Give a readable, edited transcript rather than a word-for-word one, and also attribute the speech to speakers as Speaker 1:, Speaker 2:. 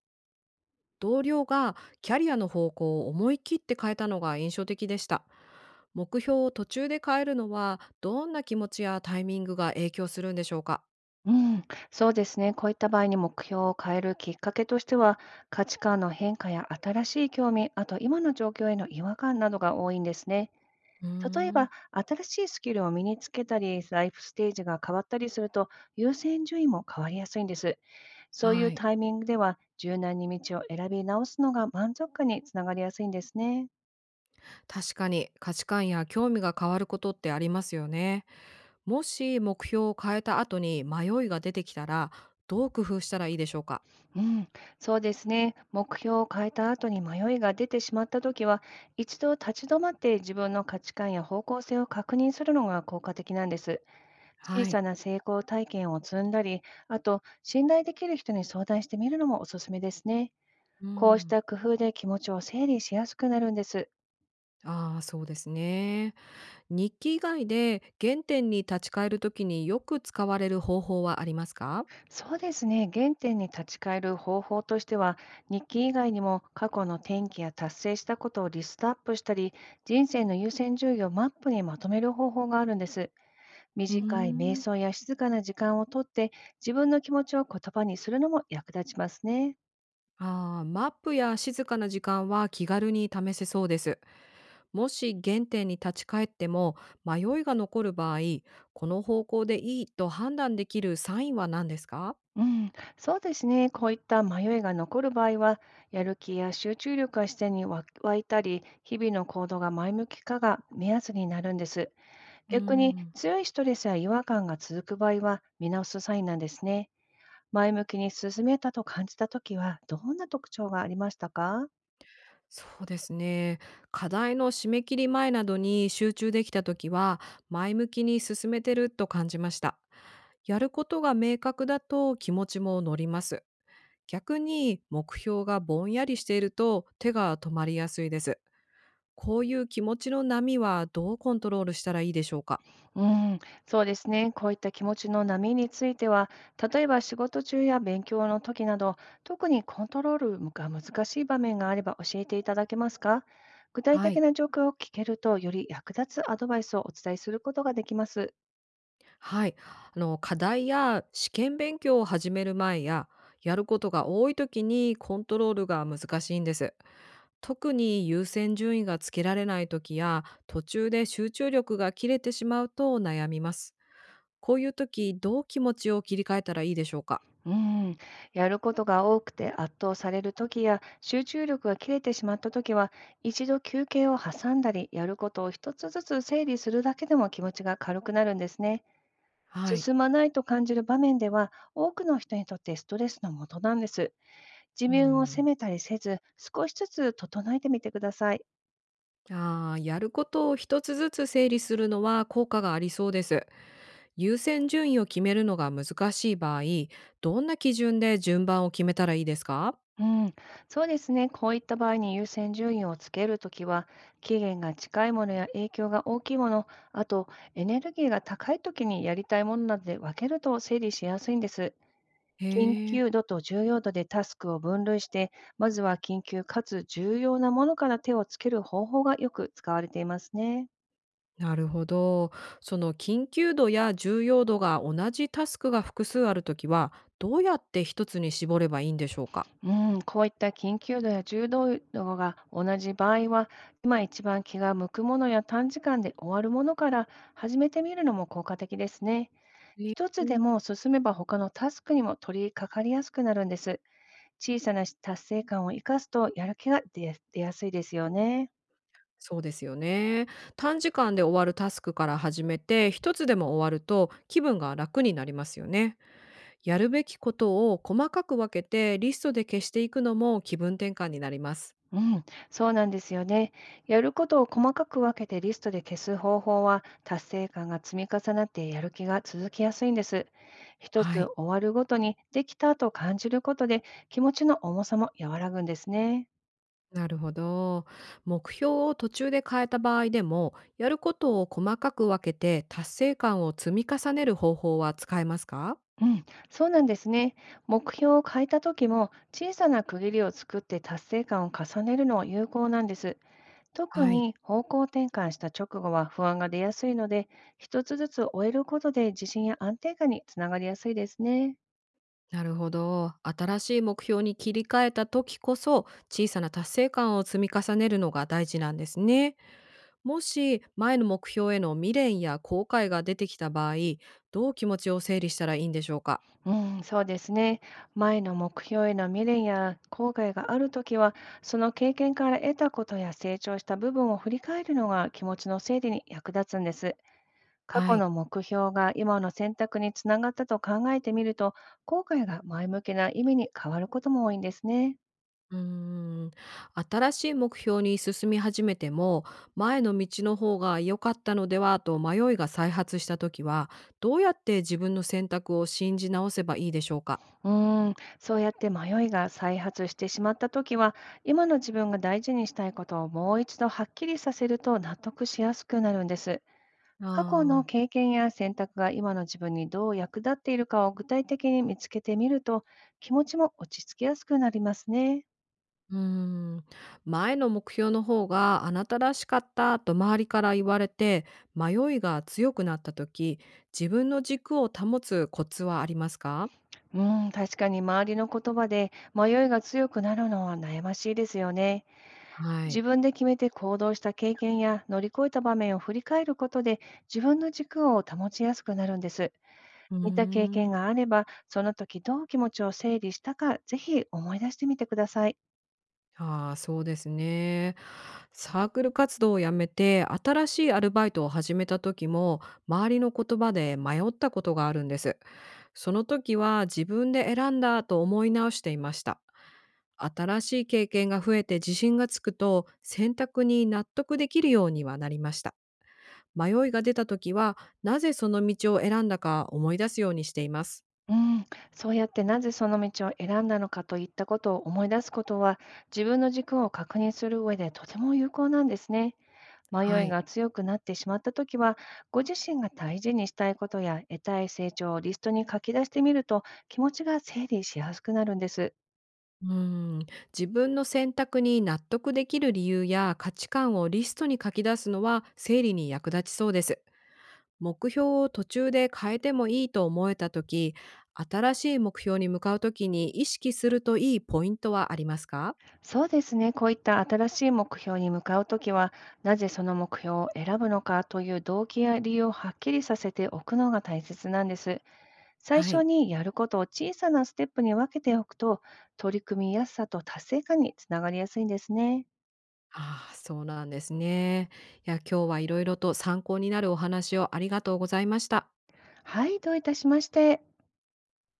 Speaker 1: 同僚がキャリアの方向を思い切って変えたのが印象的でした。目標を途中で変えるのはどんな気持ちやタイミングが影響するんでしょうか？
Speaker 2: うん、そうですね。こういった場合に目標を変えるきっかけとしては、価値観の変化や新しい興味、あと今の状況への違和感などが多いんですね。
Speaker 1: うー
Speaker 2: 例え
Speaker 1: ん。
Speaker 2: ば、新しいスキルを身につけたり、ライフステージが変わったりすると、優先順位も変わりやすいんです。そうい
Speaker 1: は
Speaker 2: う
Speaker 1: い、
Speaker 2: タイミングでは、柔軟に道を選び直すのが満足感につながりやすいんですね。
Speaker 1: 確かに価値観や興味が変わることってありますよね。もし目標を変えた後に迷いが出てきたら、どう工夫したらいいでしょうか？
Speaker 2: うん、そうですね。目標を変えた後に迷いが出てしまったときは、一度立ち止まって自分の価値観や方向性を確認するのが効果的なんです。小
Speaker 1: はい。
Speaker 2: さな成功体験を積んだり、あと、信頼できる人に相談してみるのもおすすめですね。
Speaker 1: う
Speaker 2: こうし
Speaker 1: ん。
Speaker 2: た工夫で気持ちを整理しやすくなるんです。
Speaker 1: ああ、そうですね。日記以外で原点に立ち返るときによく使われる方法はありますか？
Speaker 2: そうですね。原点に立ち返る方法としては、日記以外にも過去の転機や達成したことをリストアップしたり、人生の優先順位をマップにまとめる方法があるんです。
Speaker 1: うー
Speaker 2: 短い瞑
Speaker 1: ん。
Speaker 2: 想や静かな時間をとって、自分の気持ちを言葉にするのも役立ちますね。
Speaker 1: ああ、マップや静かな時間は気軽に試せそうです。もし原点に立ち返っても迷いが残る場合、この方向でいいと判断できるサインは何ですか？
Speaker 2: うん、そうですね。こういった迷いが残る場合は、やる気や集中力が視点に湧いたり、日々の行動が前向きかが目安になるんです。
Speaker 1: うー
Speaker 2: 逆に
Speaker 1: ん。
Speaker 2: 強いストレスや違和感が続く場合は見直すサインなんですね。前向きに進めたと感じたときはどんな特徴がありましたか？
Speaker 1: そうですね。課題の締め切り前などに集中できた時は、前向きに進めてると感じました。やることが明確だと気持ちも乗ります。逆に目標がぼんやりしていると手が止まりやすいです。こういう気持ちの波はどうコントロールしたらいいでしょうか？
Speaker 2: うん、そうですね。こういった気持ちの波については、例えば仕事中や勉強の時など、特にコントロールが難しい場面があれば教えていただけますか？具体
Speaker 1: は
Speaker 2: 的
Speaker 1: い。
Speaker 2: な状況を聞けると、より役立つアドバイスをお伝えすることができます。
Speaker 1: はい。あの、課題や試験勉強を始める前や、やることが多い時にコントロールが難しいんです。特に優先順位がつけられない時や、途中で集中力が切れてしまうと悩みます。こういう時、どう気持ちを切り替えたらいいでしょうか？
Speaker 2: うん、やることが多くて圧倒されるときや集中力が切れてしまったときは、一度休憩を挟んだり、やることを一つずつ整理するだけでも気持ちが軽くなるんですね。
Speaker 1: はい。
Speaker 2: 進まないと感じる場面では、多くの人にとってストレスの元なんです。自
Speaker 1: う
Speaker 2: 分を責
Speaker 1: ん。
Speaker 2: めたりせず、少しずつ整えてみてください。
Speaker 1: ああ、やることを一つずつ整理するのは効果がありそうです。優先順位を決めるのが難しい場合、どんな基準で順番を決めたらいいですか？
Speaker 2: うん、そうですね。こういった場合に優先順位をつけるときは、期限が近いものや影響が大きいもの、あとエネルギーが高いときにやりたいものなどで分けると整理しやすいんです。
Speaker 1: へ
Speaker 2: 緊
Speaker 1: え、
Speaker 2: 急度と重要度でタスクを分類して、まずは緊急かつ重要なものから手をつける方法がよく使われていますね。
Speaker 1: なるほど。その緊急度や重要度が同じタスクが複数あるときは、どうやって一つに絞ればいいんでしょうか？
Speaker 2: うん、こういった緊急度や重度が同じ場合は、今一番気が向くものや短時間で終わるものから始めてみるのも効果的ですね。
Speaker 1: ね、
Speaker 2: 一つでも進めば、他のタスクにも取り掛かりやすくなるんです。小さな達成感を生かすと、やる気が出やすいですよね。
Speaker 1: そうですよね。短時間で終わるタスクから始めて、一つでも終わると気分が楽になりますよね。やるべきことを細かく分けてリストで消していくのも気分転換になります。
Speaker 2: うん、そうなんですよね。やることを細かく分けてリストで消す方法は、達成感が積み重なってやる気が続きやすいんです。一
Speaker 1: は
Speaker 2: つ
Speaker 1: い。
Speaker 2: 終わるごとにできたと感じることで、気持ちの重さも和らぐんですね。
Speaker 1: なるほど。目標を途中で変えた場合でも、やることを細かく分けて達成感を積み重ねる方法は使えますか？
Speaker 2: うん、そうなんですね。目標を変えた時も、小さな区切りを作って達成感を重ねるのは有効なんです。特
Speaker 1: はい。
Speaker 2: に方向転換した直後は不安が出やすいので、一つずつ終えることで自信や安定感につながりやすいですね。
Speaker 1: なるほど。新しい目標に切り替えた時こそ、小さな達成感を積み重ねるのが大事なんですね。もし、前の目標への未練や後悔が出てきた場合、どう気持ちを整理したらいいんでしょうか？
Speaker 2: うん、そうですね。前の目標への未練や後悔があるときは、その経験から得たことや成長した部分を振り返るのが気持ちの整理に役立つんです。過
Speaker 1: は
Speaker 2: 去
Speaker 1: い。
Speaker 2: の目標が今の選択につながったと考えてみると、後悔が前向きな意味に変わることも多いんですね。
Speaker 1: うーん、新しい目標に進み始めても、前の道の方が良かったのではと迷いが再発した時は、どうやって自分の選択を信じ直せばいいでしょうか？
Speaker 2: うーん、そうやって迷いが再発してしまったときは、今の自分が大事にしたいことをもう一度はっきりさせると納得しやすくなるんです。過去の
Speaker 1: ああ、
Speaker 2: 経験や選択が今の自分にどう役立っているかを具体的に見つけてみると、気持ちも落ち着きやすくなりますね。
Speaker 1: うーん、前の目標の方があなたらしかったと周りから言われて、迷いが強くなった時、自分の軸を保つコツはありますか？
Speaker 2: うん、確かに周りの言葉で迷いが強くなるのは悩ましいですよね。
Speaker 1: は
Speaker 2: 自
Speaker 1: い。
Speaker 2: 分で決めて行動した経験や乗り越えた場面を振り返ることで、自分の軸を保ちやすくなるんです。
Speaker 1: うー
Speaker 2: 似た経験
Speaker 1: ん。
Speaker 2: があれば、その時どう気持ちを整理したか、ぜひ思い出してみてください。
Speaker 1: ああ、そうですね。サークル活動を辞めて、新しいアルバイトを始めた時も、周りの言葉で迷ったことがあるんです。その時は自分で選んだと思い直していました。新しい経験が増えて自信がつくと、選択に納得できるようにはなりました。迷いが出た時は、なぜその道を選んだか思い出すようにしています。
Speaker 2: うん、そうやってなぜその道を選んだのかといったことを思い出すことは、自分の軸を確認する上でとても有効なんですね。
Speaker 1: は
Speaker 2: 迷い
Speaker 1: い。
Speaker 2: が強くなってしまったときは、ご自身が大事にしたいことや得たい成長をリストに書き出してみると、気持ちが整理しやすくなるんです。
Speaker 1: うん、自分の選択に納得できる理由や価値観をリストに書き出すのは整理に役立ちそうです。目標を途中で変えてもいいと思えた時、新しい目標に向かう時に意識するといいポイントはありますか？
Speaker 2: そうですね、こういった新しい目標に向かうときは、なぜその目標を選ぶのかという動機や理由をはっきりさせておくのが大切なんです。最
Speaker 1: は
Speaker 2: 初
Speaker 1: い。
Speaker 2: にやることを小さなステップに分けておくと、取り組みやすさと達成感につながりやすいんですね。
Speaker 1: ああ、そうなんですね。いや、今日はいろいろと参考になるお話をありがとうございました。
Speaker 2: はい、どういたしまして。